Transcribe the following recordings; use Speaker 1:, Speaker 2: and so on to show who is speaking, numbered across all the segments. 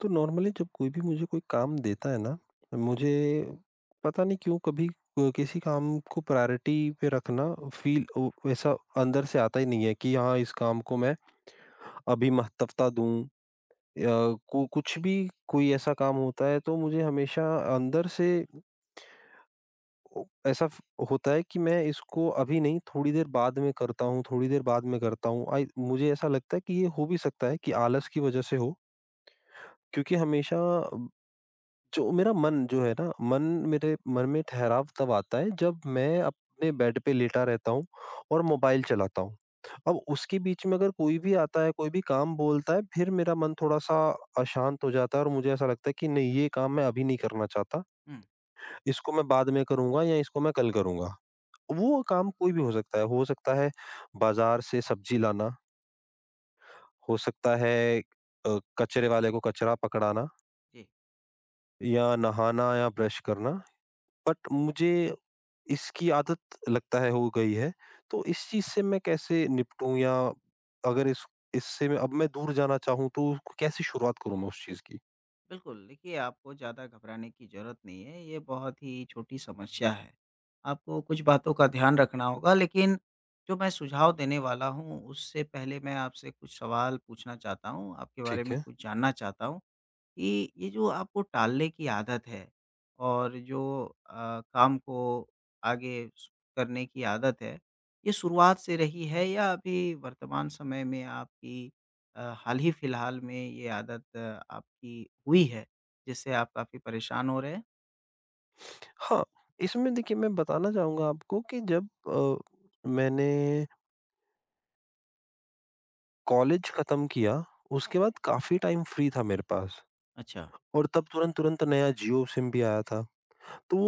Speaker 1: तो नॉर्मली जब कोई भी मुझे कोई काम देता है ना, मुझे पता नहीं क्यों कभी किसी काम को प्रायोरिटी पे रखना फ़ील ओ वैसा अंदर से आता ही नहीं है कि हाँ, इस काम को मैं अभी महत्वता दूँ या को कुछ भी कोई ऐसा काम होता है तो मुझे हमेशा अंदर से ओ ऐसा फ होता है कि मैं इसको अभी नहीं थोड़ी देर बाद में करता हूँ, थोड़ी देर बाद में करता हूँ। आई मुझे ऐसा लगता है कि ये हो भी सकता है कि आलस की वज़ह से हो, क्योंकि हमेशा जो मेरा मन जो है ना, मन मेरे मन में ठहराव तब आता है जब मैं अपने बेड पे लेटा रहता हूँ और मोबाइल चलाता हूँ। अब उसके बीच में अगर कोई भी आता है, कोई भी काम बोलता है, फिर मेरा मन थोड़ा-सा अशांत हो जाता है और मुझे ऐसा लगता है कि नहीं ये काम मैं अभी नहीं करना चाहता,
Speaker 2: हुँ।
Speaker 1: इसको मैं बाद में करूँगा या इसको मैं कल करूँगा। वो काम कोई भी हो सकता है बाज़ार से सब्ज़ी लाना, हो सकता है कचरे वाले को कचरा पकड़ाना
Speaker 2: जी।
Speaker 1: या नहाना या ब्रश करना। बट मुझे इसकी आदत लगता है हो गई है, तो इस चीज़ से मैं कैसे निपटूँ या अगर इस इससे मैं अब मैं दूर जाना चाहूँ तो कैसे शुरुआत करूँ मैं उस चीज़ की?
Speaker 2: बिल्कुल, देखिए आपको ज़्यादा घबराने की ज़रूरत नहीं है, ये बहुत ही छोटी समस्या है। आपको कुछ बातों का ध्यान रखना होगा लेकिन जो मैं सुझाव देने वाला हूँ उससे पहले मैं आपसे कुछ सवाल पूछना चाहता हूँ, आपके बारे
Speaker 1: ठीक
Speaker 2: में
Speaker 1: है।
Speaker 2: कुछ जानना चाहता हूँ। ये जो आपको टालने की आदत है और जो काम को आगे स करने की आदत है, ये शुरुआत से रही है या अभी वर्तमान समय में आपकी हाल ही फिलहाल में ये आदत आपकी हुई है, जिससे आप काफ़ी परेशान हो रहे हैं?
Speaker 1: हाँ, इसमें देखिए मैं बताना चाहूँगा आपको कि जब मैंने कॉलेज खत्म किया, उसके बाद काफ़ी टाइम फ्री था मेरे पास
Speaker 2: अच्छा।
Speaker 1: और तब तुरंत-तुरंत नया जियो सिम भी आया था। तो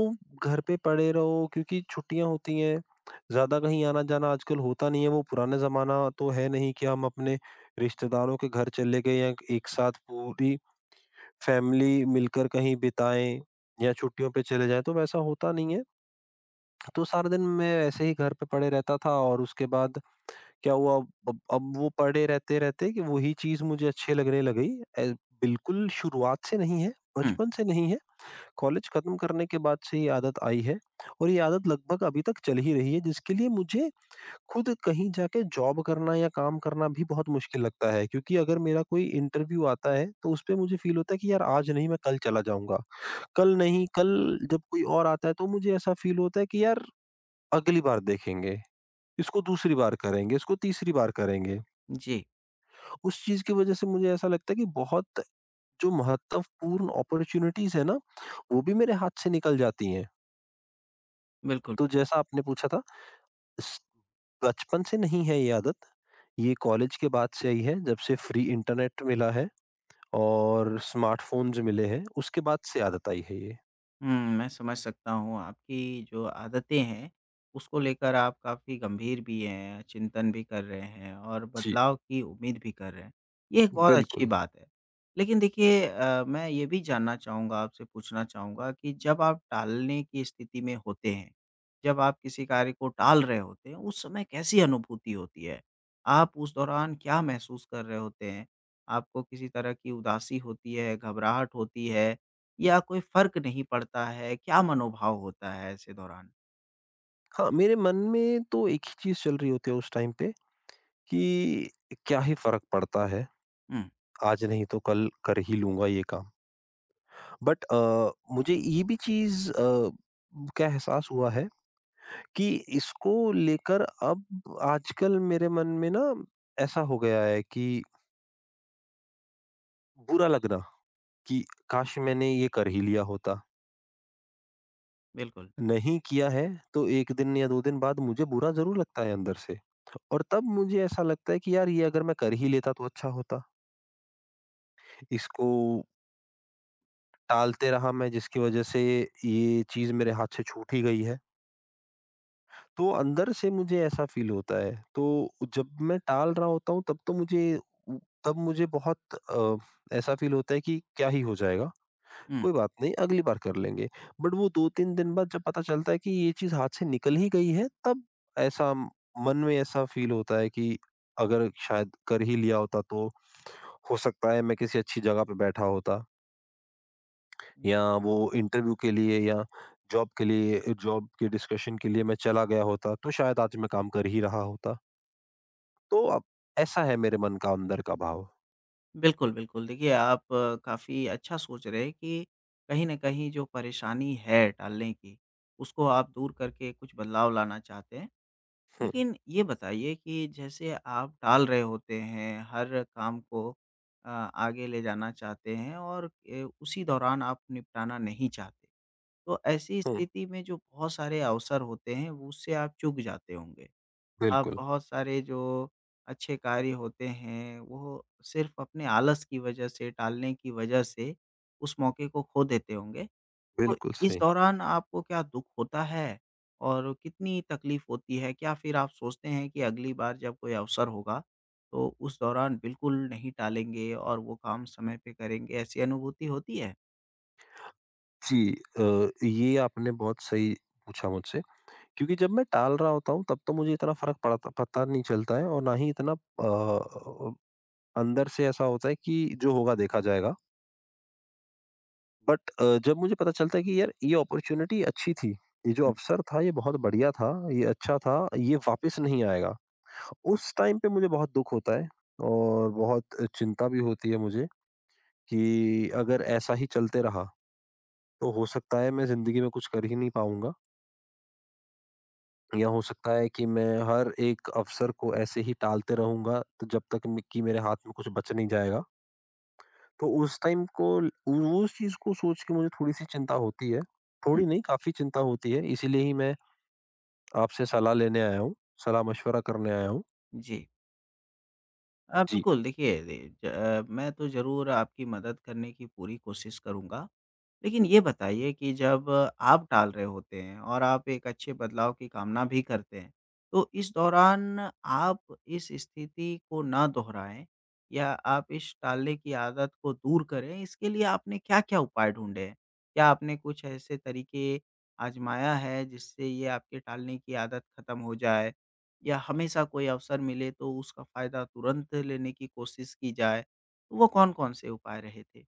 Speaker 1: घर पे पड़े रहो क्योंकि छुट्टियाँ होती हैं, ज़्यादा कहीं आना-जाना आजकल होता नहीं है, वो पुराना ज़माना तो है नहीं कि हम अपने रिश्तेदारों के घर चले गए या एक साथ पूरी फैमिली मिलकर कहीं बिताएँ या छुट्टियों पे चले जाएँ, तो वैसा होता नहीं है। तो सारा दिन मैं ऐसे ही घर पे पड़े रहता था और उसके बाद क्या हुआ अब वो पड़े रहते-रहते कि वही चीज़ मुझे अच्छी लगने लगी। ए, बिल्कुल शुरुआत से नहीं है,
Speaker 2: हुँ।
Speaker 1: बचपन से नहीं है। कॉलेज खत्म करने के बाद से ये आदत आई है और ये आदत लगभग अभी तक चल ही रही है जिसके लिए मुझे खुद कहीं जाके जॉब करना या काम करना भी बहुत मुश्किल लगता है क्योंकि अगर मेरा कोई इंटरव्यू आता है तो उस पे मुझे फील होता है कि यार आज नहीं मैं कल चला जाऊंगा, कल नहीं कल जब कोई और आता है तो मुझे ऐसा फील होता है कि यार अगली बार देखेंगे, इसको दूसरी बार करेंगे, इसको तीसरी बार करेंगे।
Speaker 2: जी।
Speaker 1: उस चीज की वजह से मुझे ऐसा लगता है कि बहुत जो महत्वपूर्ण अपॉर्चुनिटीज है ना वो भी मेरे हाथ से निकल जाती हैं।
Speaker 2: बिल्कुल,
Speaker 1: तो
Speaker 2: बिल्कुल।
Speaker 1: जैसा आपने पूछा था स बचपन से नहीं है ये आदत, ये कॉलेज के बाद से आई है जब से फ्री इंटरनेट मिला है और स्मार्टफ़ोन्स मिले हैं, उसके बाद से आदत आई है ये।
Speaker 2: हुँ, मैं समझ सकता हूँ आपकी जो आदतें हैं, उसको लेकर आप काफ़ी गंभीर भी हैं, चिंतन भी कर रहे हैं और
Speaker 1: जी।
Speaker 2: बदलाव की उम्मीद भी कर रहे हैं। ये एक बहुत अच्छी
Speaker 1: बिल्कुल।
Speaker 2: बात है। लेकिन देखिए मैं ये भी जानना चाहूँगा आपसे पूछना चाहूँगा कि जब आप टालने की स्थिति में होते हैं, जब आप किसी कार्य को टाल रहे होते हैं, उस समय कैसी अनुभूति होती है? आप उस दौरान क्या महसूस कर रहे होते हैं? आपको किसी तरह की उदासी होती है, घबराहट होती है या कोई फ़र्क नहीं पड़ता है, क्या मनोभाव होता है ऐसे दौरान?
Speaker 1: हाँ, मेरे मन में तो एक ही चीज़ चल रही होती है उस टाइम पे कि क्या ही फ़र्क पड़ता है,
Speaker 2: हुँ।
Speaker 1: आज नहीं तो कल कर ही लूँगा ये काम। बट मुझे ये भी चीज़ का एहसास हुआ है कि इसको लेकर अब आजकल मेरे मन में ना ऐसा हो गया है कि बुरा लगना कि काश मैंने ये कर ही लिया होता,
Speaker 2: बिल्कुल।
Speaker 1: नहीं किया है तो एक दिन या 2 दिन बाद मुझे बुरा जरूर लगता है अंदर से और तब मुझे ऐसा लगता है कि यार ये अगर मैं कर ही लेता तो अच्छा होता, इसको टालते रहा मैं जिसकी वजह से ये चीज मेरे हाथ से छूट ही गई है तो अंदर से मुझे ऐसा फ़ील होता है। तो जब मैं टाल रहा होता हूँ उ तब मुझे बहुत ऐसा फ़ील होता है कि क्या ही हो जाएगा,
Speaker 2: हुँ।
Speaker 1: कोई बात नहीं अगली बार कर लेंगे। बट वो 2-3 दिन बाद जब पता चलता है कि ये चीज़ हाथ से निकल ही गई है तब ऐसा म- मन में ऐसा फ़ील होता है कि अगर शायद कर ही लिया होता तो हो सकता है मैं किसी अच्छी जगह पे बैठा होता या वो इंटरव्यू के लिए या जॉब के डिस्कशन के लिए मैं चला गया होता तो शायद आज मैं काम कर ही रहा होता। तो अब ऐसा है मेरे मन का अंदर का भाव।
Speaker 2: बिल्कुल, बिल्कुल। देखिए, आप काफ़ी अच्छा सोच रहे हैं कि कहीं न कहीं जो परेशानी है टालने की, उसको आप दूर करके कुछ बदलाव लाना चाहते हैं।
Speaker 1: हुँ,
Speaker 2: लेकिन ये बताइए कि जैसे आप टाल रहे होते हैं, हर काम को आगे ले जाना चाहते हैं और उसी दौरान आप निपटाना नहीं चाहते। तो ऐसी
Speaker 1: हुँ।
Speaker 2: स्थिति में जो बहुत सारे अवसर होते हैं, उससे आप चूक जाते होंगे। आप
Speaker 1: बिल्कुल,
Speaker 2: बहुत सारे जो अच्छे कार्य होते हैं, वो सिर्फ़ अपने आलस की वजह से, टालने की वजह से उस मौके को खो देते होंगे। तो
Speaker 1: बिल्कुल
Speaker 2: इस
Speaker 1: सही।
Speaker 2: दौरान आपको क्या दुःख होता है और कितनी तकलीफ़ होती है? क्या फिर आप सोचते हैं कि अगली बार जब कोई अवसर होगा, तो उस दौरान बिल्कुल नहीं टालेंगे और वो काम समय पे करेंगे, ऐसी अनुभूति होती है?
Speaker 1: जी, अ, ये आपने बहुत सही पूछा मुझसे क्योंकि जब मैं टाल रहा होता हूँ तब तो मुझे इतना फ़र्क पड़ता पता नहीं चलता है और ना ही इतना अंदर से ऐसा होता है कि जो होगा देखा जाएगा। बट जब मुझे पता चलता है कि यार ये अपॉर्च्युनिटी अच्छी थी, ये जो
Speaker 2: हुँ,
Speaker 1: अवसर था ये बहुत बढ़िया था, ये अच्छा था, ये वापस नहीं आएगा। उस टाइम पे मुझे बहुत दुःख होता है और बहुत चिंता भी होती है मुझे। कि अगर ऐसा ही चलते रहा तो हो सकता है मैं जिंदगी में कुछ कर ही नहीं पाऊंगा या हो सकता है कि मैं हर एक अवसर को ऐसे ही टालते रहूंगा तो जब तक कि मेरे हाथ में कुछ बच नहीं जाएगा। तो उस चीज को सोच के मुझे थोड़ी सी चिंता होती है,
Speaker 2: हुँ।
Speaker 1: थोड़ी नहीं काफी चिंता होती है इसीलिए ही मैं आपसे सलाह लेने आया हूँ, सलाह मशवरा करने आया हूँ।
Speaker 2: जी।
Speaker 1: जी।
Speaker 2: बिल्कुल देखिए, मैं तो ज़रूर आपकी मदद करने की पूरी कोशिश करूँगा। लेकिन ये बताइए कि जब आप टाल रहे होते हैं और आप एक अच्छे बदलाव की कामना भी करते हैं, तो इस दौरान आप इस स्थिति को ना दोहराएँ या आप इस टालने की आदत को दूर करें, इसके लिए आपने क्या-क्या उपाय ढूँढे हैं? क्या आपने कुछ ऐसे तरीके आज़माया है जिससे ये आपके टालने की आदत ख़त्म हो जाए? या हमेशा कोई अवसर मिले तो उसका फ़ायदा तुरंत लेने की कोशिश की जाए? तो वो कौन-कौन से उपाय रहे थे?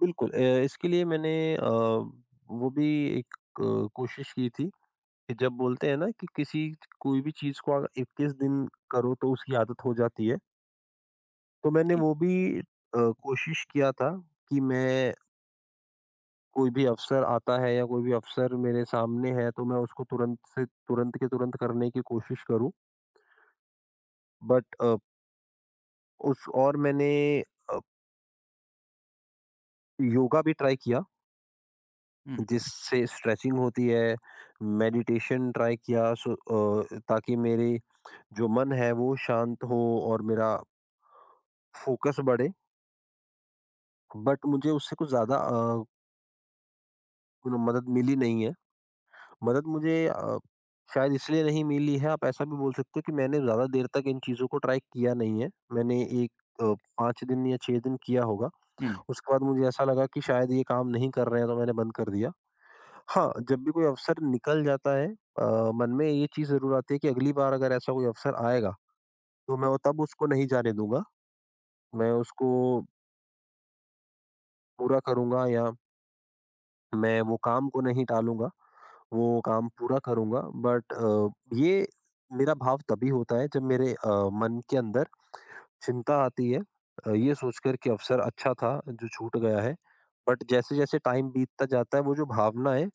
Speaker 1: बिल्कुल, इसके लिए मैंने वो भी एक कोशिश की थी कि जब बोलते हैं ना कि किसी कोई भी चीज़ को अगर 21 दिन करो तो उसकी आदत हो जाती है। तो मैंने
Speaker 2: जी।
Speaker 1: वो भी कोशिश किया था कि मैं कोई भी अफ़सर आता है या कोई भी अफ़सर मेरे सामने है तो मैं उसको तुरंत से तुरंत के तुरंत करने की कोशिश करूँ। बट अ, उस और मैंने अ, योगा भी ट्राई किया
Speaker 2: हुँ,
Speaker 1: जिससे स्ट्रेचिंग होती है, मेडिटेशन ट्राई किया सो ताकि मेरे जो मन है वो शांत हो और मेरा फ़ोकस बढ़े। बट मुझे उससे कुछ ज़्यादा मदद मिली नहीं है। मदद मुझे शायद इसलिए नहीं मिली है, आप ऐसा भी बोल सकते हो कि मैंने ज़्यादा देर तक इन चीज़ों को ट्राई किया नहीं है। मैंने एक अ, 5 दिन या 6 दिन किया होगा।
Speaker 2: हुँ।
Speaker 1: उसके बाद मुझे ऐसा लगा कि शायद ये काम नहीं कर रहे हैं, तो मैंने बंद कर दिया। हाँ, जब भी कोई अवसर निकल जाता है अ, मन में ये चीज़ ज़रूर आती है कि अगली बार अगर ऐसा कोई अवसर आएगा, तो मैं वो तब उसको नहीं जाने दूँगा। मैं उसको पूरा करूँगा या मैं वो काम को नहीं टालूँगा, वो काम पूरा करूँगा। बट ये मेरा भाव तभी होता है जब मेरे मन के अंदर चिंता आती है, ये सोचकर कि अवसर अच्छा था जो छूट गया है। बट जैसे-जैसे टाइम बीतता जाता है वो जो भावना है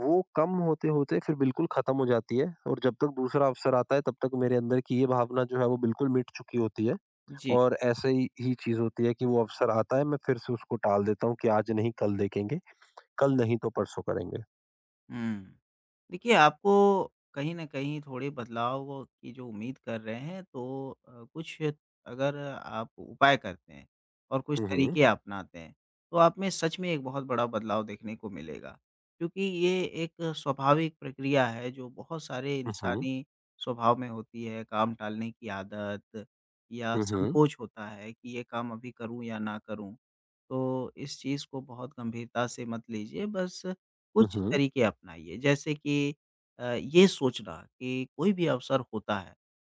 Speaker 1: वो कम होते-होते फिर बिल्कुल ख़त्म हो जाती है और जब तक दूसरा अवसर आता है तब तक मेरे अंदर की ये भावना जो है वो बिल्कुल मिट चुकी होती है।
Speaker 2: जी।
Speaker 1: और ऐसे ही चीज़ होती है कि वो अवसर आता है मैं फिर से उसको टाल देता हूँ कि आज नहीं कल देखेंगे, कल नहीं तो परसों करेंगे।
Speaker 2: हुँ। देखिए, आपको कहीं न कहीं थोड़े बदलाव की जो उम्मीद कर रहे हैं, तो कुछ अगर आप उपाय करते हैं और कुछ
Speaker 1: हुँ, हुँ,
Speaker 2: तरीके अपनाते हैं, तो आप में सच में एक बहुत बड़ा बदलाव देखने को मिलेगा। क्योंकि ये एक स्वाभाविक प्रक्रिया है, जो बहुत सारे
Speaker 1: हुँ,
Speaker 2: इंसानी स्वभाव में होती है। काम टालने की आदत या
Speaker 1: हुँ, हुँ,
Speaker 2: संकोच होता है कि ये काम अभी करूँ या ना करूँ। तो इस चीज़ को बहुत गंभीरता से मत लीजिए, बस कुछ तरीके अपनाइए जैसे कि ये सोचना कि कोई भी अवसर होता है,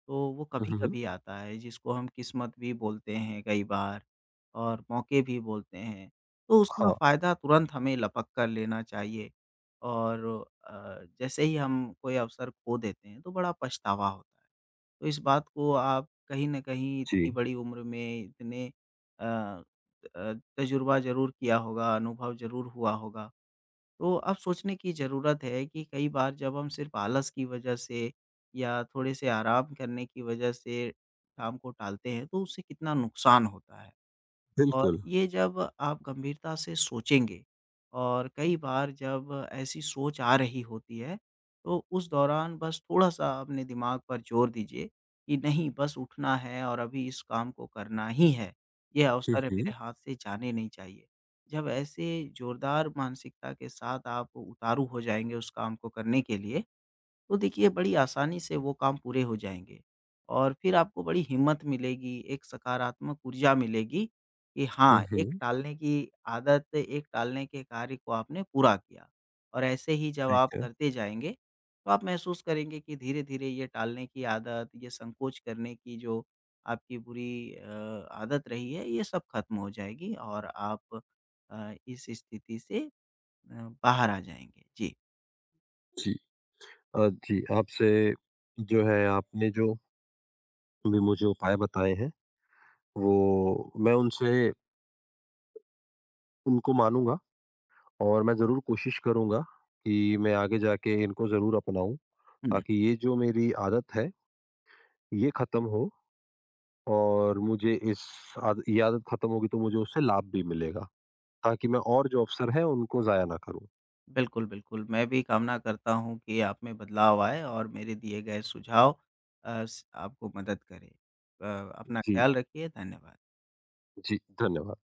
Speaker 2: तो वो
Speaker 1: हुँ, हुँ।
Speaker 2: कभी-कभी आता है जिसको हम किस्मत भी बोलते हैं कई बार और मौके भी बोलते हैं, तो उसका
Speaker 1: हाँ,
Speaker 2: फ़ायदा तुरंत हमें लपक कर लेना चाहिए और जैसे ही हम कोई अवसर खो देते हैं, तो बड़ा पछतावा होता है। तो इस बात को आप कहीं न कहीं इतनी
Speaker 1: जी,
Speaker 2: बड़ी उम्र में इतने अ तजुर्बा ज़रूर किया होगा, अनुभव ज़रूर हुआ होगा। तो अब सोचने की ज़रूरत है कि कई बार जब हम सिर्फ आलस की वजह से या थोड़े से आराम करने की वजह से शाम को टालते हैं, तो उससे कितना नुकसान होता है। और
Speaker 1: बिल्कुल।
Speaker 2: ये जब आप गंभीरता से सोचेंगे और कई बार जब ऐसी सोच आ रही होती है, तो उस दौरान बस थोड़ा-सा अपने दिमाग पर ज़ोर दीजिए कि नहीं बस उठना है और अभी इस काम को करना ही है, ये
Speaker 1: हुँ,
Speaker 2: अवसर
Speaker 1: हुँ,
Speaker 2: मेरे हाथ से जाने नहीं चाहिए। जब ऐसे ज़ोरदार मानसिकता के साथ आप उतारू हो जाएँगे उस काम को करने के लिए, तो देखिए बड़ी आसानी से वो काम पूरे हो जाएँगे। और फिर आपको बड़ी हिम्मत मिलेगी, एक सकारात्मक ऊर्जा मिलेगी कि
Speaker 1: हुँ,
Speaker 2: हाँ, एक
Speaker 1: हुँ,
Speaker 2: टालने की आदत, एक टालने के कार्य को आपने पूरा किया। और ऐसे ही जब
Speaker 1: ठीक
Speaker 2: आप
Speaker 1: है।
Speaker 2: करते जाएँगे, तो आप महसूस करेंगे कि धीरे-धीरे ये टालने की आदत, ये संकोच करने की जो आपकी बुरी आदत रही है, ये सब खत्म हो जाएगी और आप इस स्थिति से अ, बाहर आ जाएँगे। जी।
Speaker 1: जी, जी, आपसे जो है आपने जो भी मुझे उपाय बताए हैं, वो मैं उनसे उनको मानूँगा और मैं ज़रूर कोशिश करूँगा कि मैं आगे जाके इनको ज़रूर अपनाऊँ,
Speaker 2: हुँ।
Speaker 1: ताकि ये जो मेरी आदत है, ये ख़त्म हो और मुझे इस आद ये आदत ख़त्म होगी तो मुझे उससे लाभ भी मिलेगा, ताकि मैं और जो अवसर हैं, उनको ज़ाया ना करूँ।
Speaker 2: बिल्कुल, बिल्कुल। मैं भी कामना करता हूँ कि आप में बदलाव आए और मेरे दिए गए सुझाव अ, स आपको मदद करे। अपना
Speaker 1: जी।
Speaker 2: ख्याल रखिए, धन्यवाद।
Speaker 1: जी, धन्यवाद।